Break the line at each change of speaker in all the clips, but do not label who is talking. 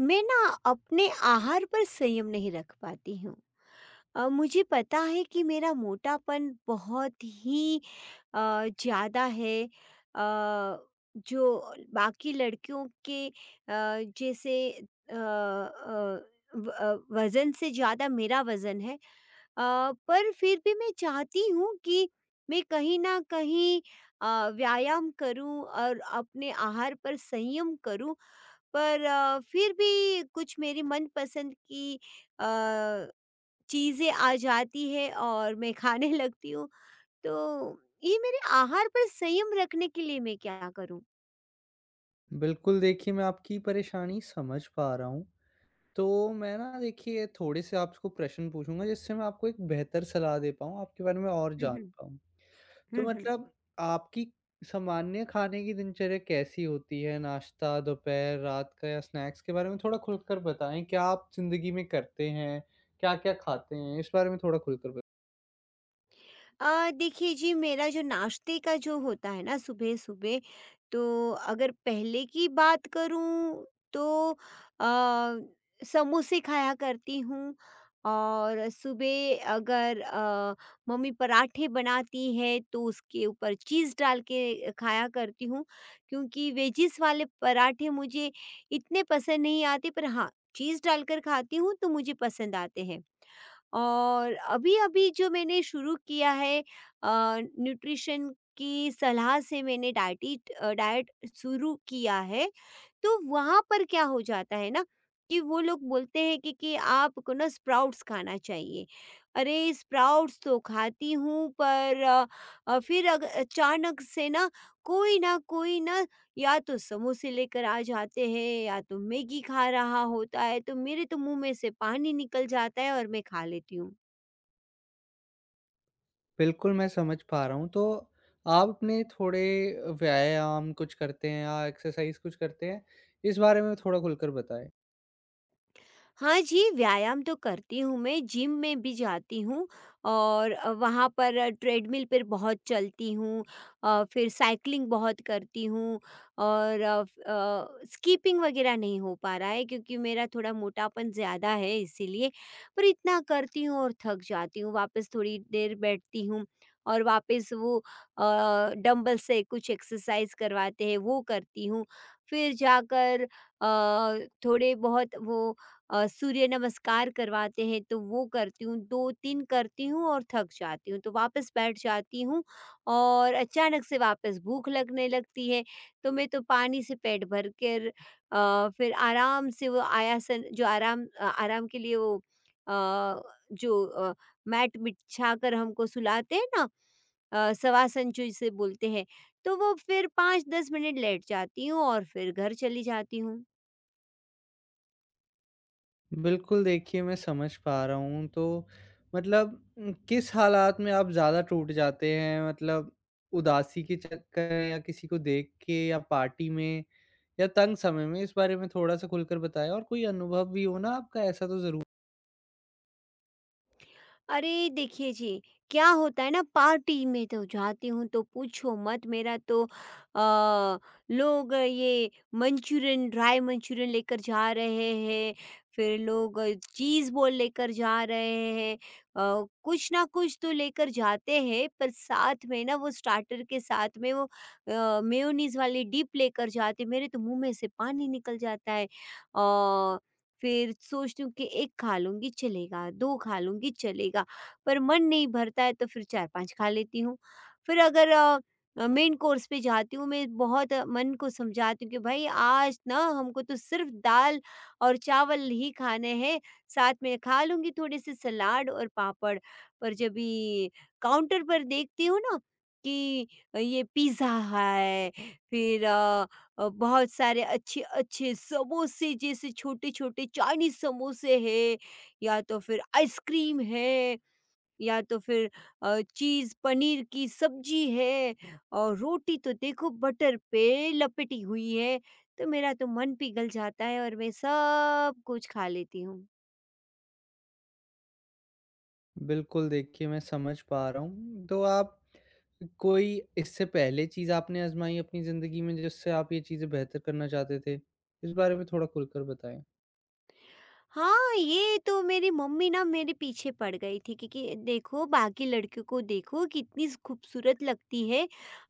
मैं ना अपने आहार पर संयम नहीं रख पाती हूँ। मुझे पता है कि मेरा मोटापन बहुत ही अ, ज़्यादा है, जो बाकी लड़कियों के जैसे अ, अ, वज़न से ज़्यादा मेरा वज़न है, पर फिर भी मैं चाहती हूँ कि मैं कहीं ना कहीं व्यायाम करूं और अपने आहार पर संयम करूं। पर फिर भी कुछ मेरी मनपसंद की अ, चीज़ें आ जाती है और मैं खाने लगती हूँ। तो ये मेरे आहार पर संयम रखने के लिए मैं क्या करूँ?
बिल्कुल, देखिए मैं आपकी परेशानी समझ पा रहा हूँ। तो मैं ना देखिए थोड़े से आपको प्रश्न पूछूँगा जिससे मैं आपको एक बेहतर सलाह दे पाऊँ, आपके बारे में और जी,
हुँ,
जान
हुँ।
पाऊँ। तो
हुँ, हुँ।
मतलब आपकी सामान्य खाने की दिनचर्या कैसी होती है? नाश्ता, दोपहर, रात का या स्नैक्स के बारे में थोड़ा खुलकर बताएँ। क्या आप ज़िंदगी में करते हैं? क्या-क्या खाते हैं? इस बारे में थोड़ा खुलकर ब
देखिए जी, मेरा जो नाश्ते का जो होता है ना सुबह-सुबह, तो अगर पहले की बात करूँ तो समोसे खाया करती हूँ और सुबह अगर मम्मी पराठे बनाती है तो उसके ऊपर चीज़ डाल के खाया करती हूँ, क्योंकि वेजिस वाले पराठे मुझे इतने पसंद नहीं आते, पर हाँ, चीज़ डालकर खाती हूँ तो मुझे पसंद आते हैं। और अभी-अभी जो मैंने शुरू किया है न्यूट्रिशन की सलाह से, मैंने डाइट शुरू किया है, तो वहाँ पर क्या हो जाता है ना कि वो लोग बोलते हैं कि आपको ना स्प्राउट्स खाना चाहिए। अरे! स्प्राउट्स तो खाती हूँ, पर फिर अग अचानक से ना कोई ना कोई ना या तो समोसे लेकर आ जाते हैं या तो मैगी खा रहा होता है, तो मेरे तो मुँह में से पानी निकल जाता है और मैं खा लेती हूँ।
बिल्कुल, मैं समझ पा रहा हूँ। तो आप अपने थोड़े व्यायाम कुछ करते हैं या एक्सरसाइज़ कुछ करते हैं? इस बारे में थोड़ा खुलकर बताएँ।
हाँ जी, व्यायाम तो करती हूँ मैं, जिम में भी जाती हूँ और वहाँ पर ट्रेडमिल पर बहुत चलती हूँ, फिर साइकिलिंग बहुत करती हूँ और स्कीपिंग वगैरह नहीं हो पा रहा है, क्योंकि मेरा थोड़ा मोटापन ज़्यादा है इसीलिए। पर इतना करती हूँ और थक जाती हूँ, वापस थोड़ी देर बैठती हूँ और वापस वो डंबल से कुछ एक्सरसाइज़ करवाते हैं, वो करती हूँ। फिर जाकर थोड़े बहुत वो सूर्य नमस्कार करवाते हैं तो वो करती हूँ, 2-3 करती हूँ और थक जाती हूँ, तो वापस बैठ जाती हूँ और अचानक से वापस भूख लगने लगती है, तो मैं तो पानी से पेट भर कर फिर आराम से वो आयासन, जो आराम आराम के लिए वो अ, जो अ, मैट बिछाकर हमको सुलाते हैं ना, शवासन जो जिसे बोलते हैं, तो वो फिर 5-10 मिनट लेट जाती हूँ और फिर घर चली जाती हूँ।
बिल्कुल, देखिए मैं समझ पा रहा हूँ। तो मतलब किस हालात में आप ज़्यादा टूट जाते हैं? मतलब उदासी के चक्कर, या किसी को देख के, या पार्टी में, या तंग समय में? इस बारे में थोड़ा-सा खुलकर बताएँ, और कोई अनुभव भी हो ना आपका ऐसा, तो ज़रूर।
अरे देखिए जी, क्या होता है ना, पार्टी में तो जाती हूँ तो पूछो मत, मेरा तो लोग ये मंचूरियन, ड्राई मंचूरियन लेकर जा रहे हैं, फिर लोग चीज़ बॉल लेकर जा रहे हैं, कुछ ना कुछ तो लेकर जाते हैं, पर साथ में ना वो स्टार्टर के साथ में वो मेयोनीज़ वाली डिप लेकर जाते हैं, मेरे तो मुँह में से पानी निकल जाता है। अ फिर सोचती हूँ कि एक खा लूँगी चलेगा, 2 खा लूँगी चलेगा, पर मन नहीं भरता है तो फिर 4-5 खा लेती हूँ। फिर अगर अ अ, मेन कोर्स पे जाती हूँ, मैं बहुत मन को समझाती हूँ कि भाई आज ना हमको तो सिर्फ़ दाल और चावल ही खाने हैं, साथ में खा लूँगी थोड़े-से सलाद और पापड़। पर जब ये काउंटर पर देखती हूँ ना कि ये पिज़्ज़ा है, फिर बहुत सारे अच्छे-अच्छे समोसे, जैसे छोटे-छोटे चाइनीज़ समोसे हैं, या तो फिर आइसक्रीम है या तो फिर चीज़ पनीर की सब्ज़ी है और रोटी तो देखो बटर पे लपेटी हुई है, तो मेरा तो मन पिघल जाता है और मैं सब कुछ खा लेती हूँ।
बिल्कुल, देखिए मैं समझ पा रहा हूँ। तो आप कोई इससे पहले चीज़ आपने आज़माई अपनी ज़िंदगी में, जिससे आप ये चीज़ें बेहतर करना चाहते थे? इस बारे में थोड़ा खुलकर बताएँ।
हाँ, ये तो मेरी मम्मी ना मेरे पीछे पड़ गई थी, क्योंकि देखो बाकी लड़कियों को देखो कितनी स- खूबसूरत लगती है,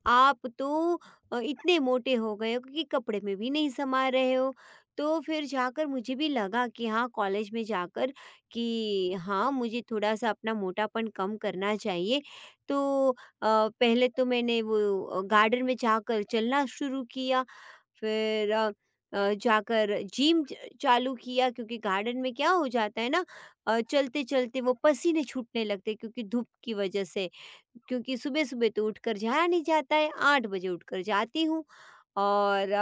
आप तो इतने मोटे हो गए हो, क्योंकि कपड़े में भी नहीं समा रहे हो, तो फिर जाकर मुझे भी लगा कि हाँ, कॉलेज में जाकर कि हाँ मुझे थोड़ा सा अपना मोटापन कम करना चाहिए, तो पहले तो मैंने वो गार्डन में जाकर चलना शुरू किया, फिर जाकर जिम च चालू किया, क्योंकि गार्डन में क्या हो जाता है ना, चलते-चलते वो पसीने छूटने लगते हैं, क्योंकि धूप की वजह से। क्योंकि सुबह-सुबह तो उठकर जाया नहीं जाता है, 8 बजे उठकर जाती हूँ और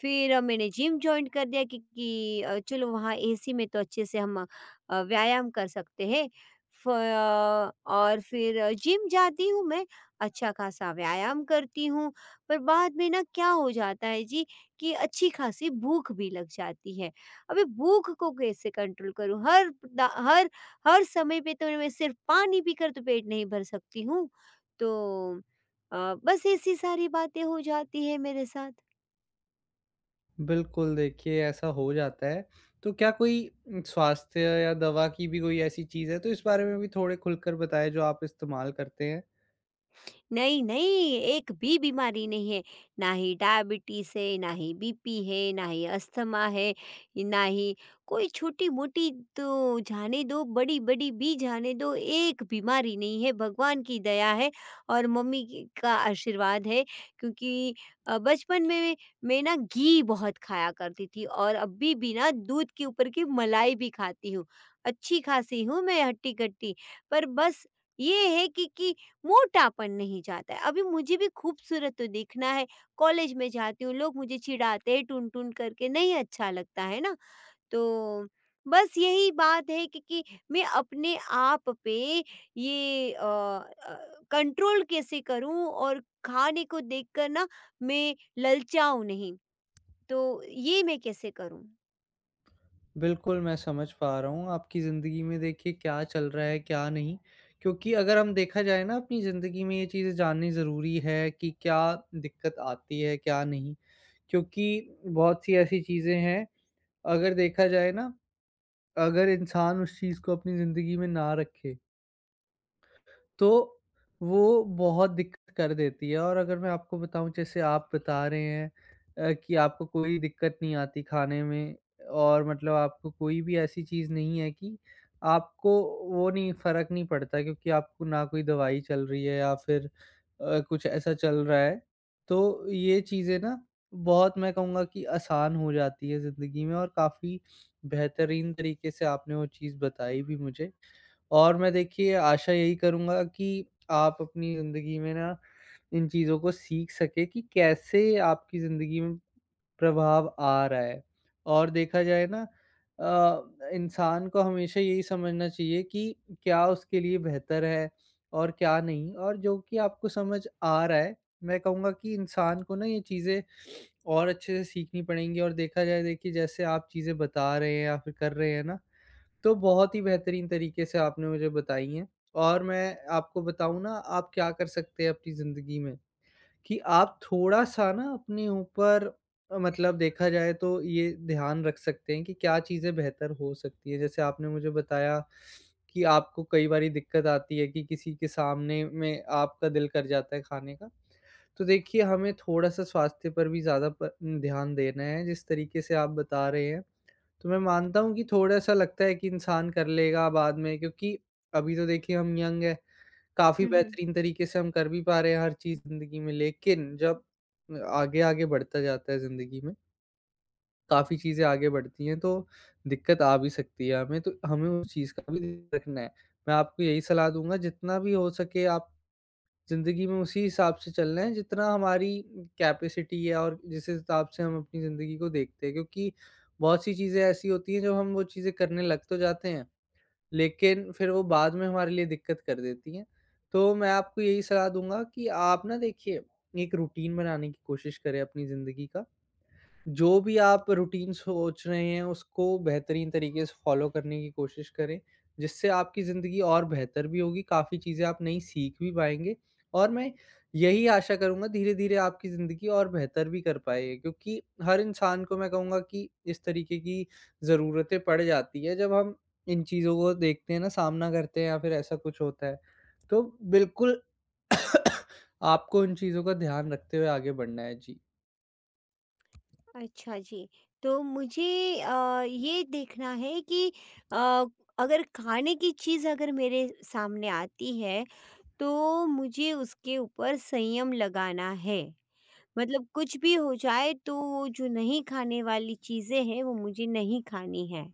फिर मैंने जिम जॉइन कर दिया, क्योंकि चलो वहाँ एसी में तो अच्छे से हम व्यायाम कर सकते हैं। और फिर जिम जाती हूँ मैं, अच्छा खासा व्यायाम करती हूँ, पर बाद में ना क्या हो जाता है जी कि अच्छी खासी भूख भी लग जाती है। अभी भूख को कैसे कंट्रोल करूँ? हर द हर हर समय पे तो मैं सिर्फ पानी पीकर तो पेट नहीं भर सकती हूँ। तो अ, बस ऐसी सारी बातें हो जाती हैं मेरे साथ।
बिल्कुल, देखिए ऐसा हो जाता है। तो क्या कोई स्वास्थ्य या दवा की भी कोई ऐसी चीज़ है? तो इस बारे में भी थोड़े खुलकर बताएँ, जो आप इस्तेमाल करते हैं।
नहीं, नहीं, एक भी बीमारी नहीं है। ना ही डायबिटीज़ है, ना ही बीपी है, ना ही अस्थमा है, ना ही कोई छोटी-मोटी, तो जाने दो, बड़ी-बड़ी भी जाने दो, एक बीमारी नहीं है, भगवान की दया है और मम्मी की का आशीर्वाद है, क्योंकि बचपन में मैं ना घी बहुत खाया करती थी और अभी भी ना दूध के ऊपर की मलाई भी खाती हूँ। अच्छी-खासी हूँ मैं हट्टी-कट्टी, पर बस ये है कि मोटापन नहीं जाता है। अभी मुझे भी खूबसूरत तो दिखना है, कॉलेज में जाती हूँ, लोग मुझे चिढ़ाते हैं टुन-टुन करके, नहीं अच्छा लगता है ना। तो बस यही बात है कि मैं अपने आप पे ये कंट्रोल कैसे करूँ और खाने को देखकर ना मैं ललचाऊँ नहीं, तो ये मैं कैसे करूँ?
बिल्कुल, मैं समझ पा रहा हूँ आपकी ज़िंदगी में देखिए क्या चल रहा है, क्या नहीं। क्योंकि अगर हम देखा जाए ना, अपनी ज़िंदगी में ये चीज़ें जाननी ज़रूरी है कि क्या दिक्कत आती है, क्या नहीं। क्योंकि बहुत सी ऐसी चीज़ें हैं, अगर देखा जाए ना, अगर इंसान उस चीज़ को अपनी ज़िंदगी में ना रखे, तो वो बहुत दिक्कत कर देती है। और अगर मैं आपको बताऊँ, जैसे आप बता रहे हैं, कि आपको कोई दिक्कत नहीं आती खाने में, और मतलब आपको कोई भी ऐसी चीज़ नहीं है कि आपको वो नहीं, फ़र्क नहीं पड़ता, क्योंकि आपको ना कोई दवाई चल रही है या फिर कुछ ऐसा चल रहा है। तो ये चीज़ें ना, बहुत मैं कहूँगा कि आसान हो जाती है ज़िंदगी में, और काफ़ी बेहतरीन तरीके से आपने वो चीज़ बताई भी मुझे। और मैं देखिए आशा यही करूँगा कि आप अपनी ज़िंदगी में ना इन चीज़ों को सीख सकें, कि कैसे आपकी ज़िंदगी में प्रभाव आ रहा है। और देखा जाए ना, अ, इंसान को हमेशा यही समझना चाहिए कि क्या उसके लिए बेहतर है और क्या नहीं, और जो कि आपको समझ आ रहा है, मैं कहूँगा कि इंसान को ना ये चीज़ें और अच्छे से सीखनी पड़ेंगी। और देखा जाए, देखिए जैसे आप चीज़ें बता रहे हैं या फिर कर रहे हैं ना, तो बहुत ही बेहतरीन तरीके से आपने मुझे बताई हैं। और मैं आपको बताऊँ ना, आप क्या कर सकते हैं अपनी ज़िंदगी में, कि आप थोड़ा-सा ना अपने ऊपर मतलब देखा जाए, तो ये ध्यान रख सकते हैं कि क्या चीज़ें बेहतर हो सकती हैं। जैसे आपने मुझे बताया कि आपको कई बारी दिक्कत आती है, कि किसी के सामने में आपका दिल कर जाता है खाने का। तो देखिए, हमें थोड़ा-सा स्वास्थ्य पर भी ज़्यादा प ध्यान देना है, जिस तरीके से आप बता रहे हैं। तो मैं मानता हूँ कि थोड़ा-सा लगता है कि इंसान कर लेगा बाद में, क्योंकि अभी तो देखिए हम यंग हैं, काफ़ी बेहतरीन तरीके से हम कर भी पा रहे हैं हर चीज़ ज़िंदगी में, लेकिन जब आगे-आगे बढ़ता जाता है ज़िंदगी में, काफ़ी चीज़ें आगे बढ़ती हैं, तो दिक्कत आ भी सकती है हमें, तो हमें उस चीज़ का भी ध्यान रखना है। मैं आपको यही सलाह दूँगा, जितना भी हो सके आप ज़िंदगी में उसी हिसाब से चलना है जितना हमारी कैपेसिटी है, और जिस हिसाब से हम अपनी ज़िंदगी को देखते हैं, क्योंकि बहुत सी चीज़ें ऐसी होती हैं, जब हम वो चीज़ें करने लग तो जाते हैं, लेकिन फिर वो बाद में हमारे लिए दिक्कत कर देती हैं। तो मैं आपको यही सलाह दूँगा कि आप ना देखिए, एक रूटीन बनाने की कोशिश करें अपनी ज़िंदगी का। जो भी आप रूटीन सोच रहे हैं, उसको बेहतरीन तरीके से फ़ॉलो करने की कोशिश करें, जिससे आपकी ज़िंदगी और बेहतर भी होगी, काफ़ी चीज़ें आप नई सीख भी पाएँगे। और मैं यही आशा करूँगा, धीरे-धीरे आपकी ज़िंदगी और बेहतर भी कर पाएँ, क्योंकि हर इंसान को मैं कहूँगा कि इस तरीके की ज़रूरतें पड़ जाती है, जब हम इन चीज़ों को देखते हैं ना, सामना करते हैं, या फिर ऐसा कुछ होता है। तो बिल्कुल, आपको इन चीज़ों का ध्यान रखते हुए आगे बढ़ना है। जी।
अच्छा जी। तो मुझे ये देखना है कि अ, अगर खाने की चीज़ अगर मेरे सामने आती है, तो मुझे उसके ऊपर संयम लगाना है। मतलब कुछ भी हो जाए तो वो जो नहीं खाने वाली चीज़ें हैं, वो मुझे नहीं खानी है।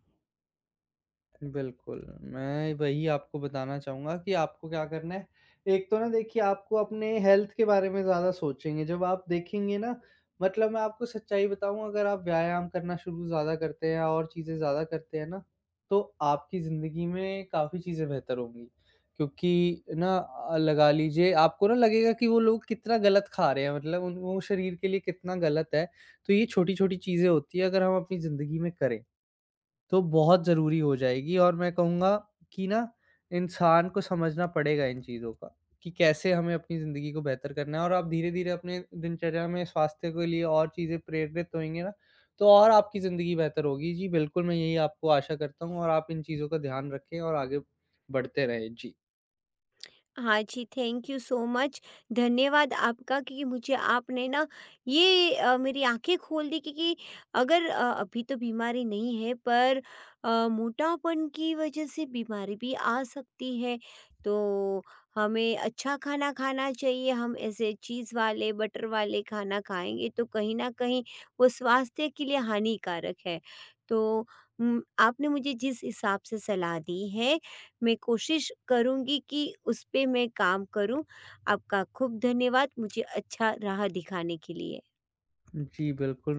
बिल्कुल, मैं वही आपको बताना चाहूँगा कि आपको क्या करना है। एक तो ना देखिए, आपको अपने हेल्थ के बारे में ज़्यादा सोचेंगे, जब आप देखेंगे ना, मतलब मैं आपको सच्चाई बताऊँ, अगर आप व्यायाम करना शुरू ज़्यादा करते हैं और चीज़ें ज़्यादा करते हैं ना, तो आपकी ज़िंदगी में काफ़ी चीज़ें बेहतर होंगी। क्योंकि ना लगा लीजिए, आपको ना लगेगा कि वो लोग कितना गलत खा रहे हैं, मतलब उन, वो शरीर के लिए कितना गलत है, तो ये छोटी-छोटी चीज़ें होती हैं, अगर हम अपनी ज़िंदगी में करें। तो बहुत ज़रूरी हो जाएगी। और मैं कहूँगा कि ना, इंसान को समझना पड़ेगा इन चीज़ों का, कि कैसे हमें अपनी ज़िंदगी को बेहतर करना है, और आप धीरे-धीरे अपने दिनचर्या में स्वास्थ्य के लिए और चीज़ें प्रेरित होएँगे ना, तो और आपकी ज़िंदगी बेहतर होगी। जी, बिल्कुल, मैं यही आपको आशा करता हूँ, और आप इन चीज़ों का ध्यान रखें और आगे बढ़ते रहें। जी।
हाँ जी, थैंक यू सो मच। धन्यवाद आपका कि मुझे आपने ना ये मेरी आँखें खोल दी, क्योंकि अगर अभी तो बीमारी नहीं है, पर मोटापन की वजह से बीमारी भी आ सकती है। तो हमें अच्छा खाना खाना चाहिए, हम ऐसे चीज़ वाले, बटर वाले खाना खाएँगे तो कहीं न कहीं वो स्वास्थ्य के लिए हानिकारक है। तो आपने मुझे जिस हिसाब से सलाह दी है, मैं कोशिश करूँगी कि उस पे मैं काम करूँ। आपका खूब धन्यवाद मुझे अच्छा राह दिखाने के लिए।
जी, बिल्कुल।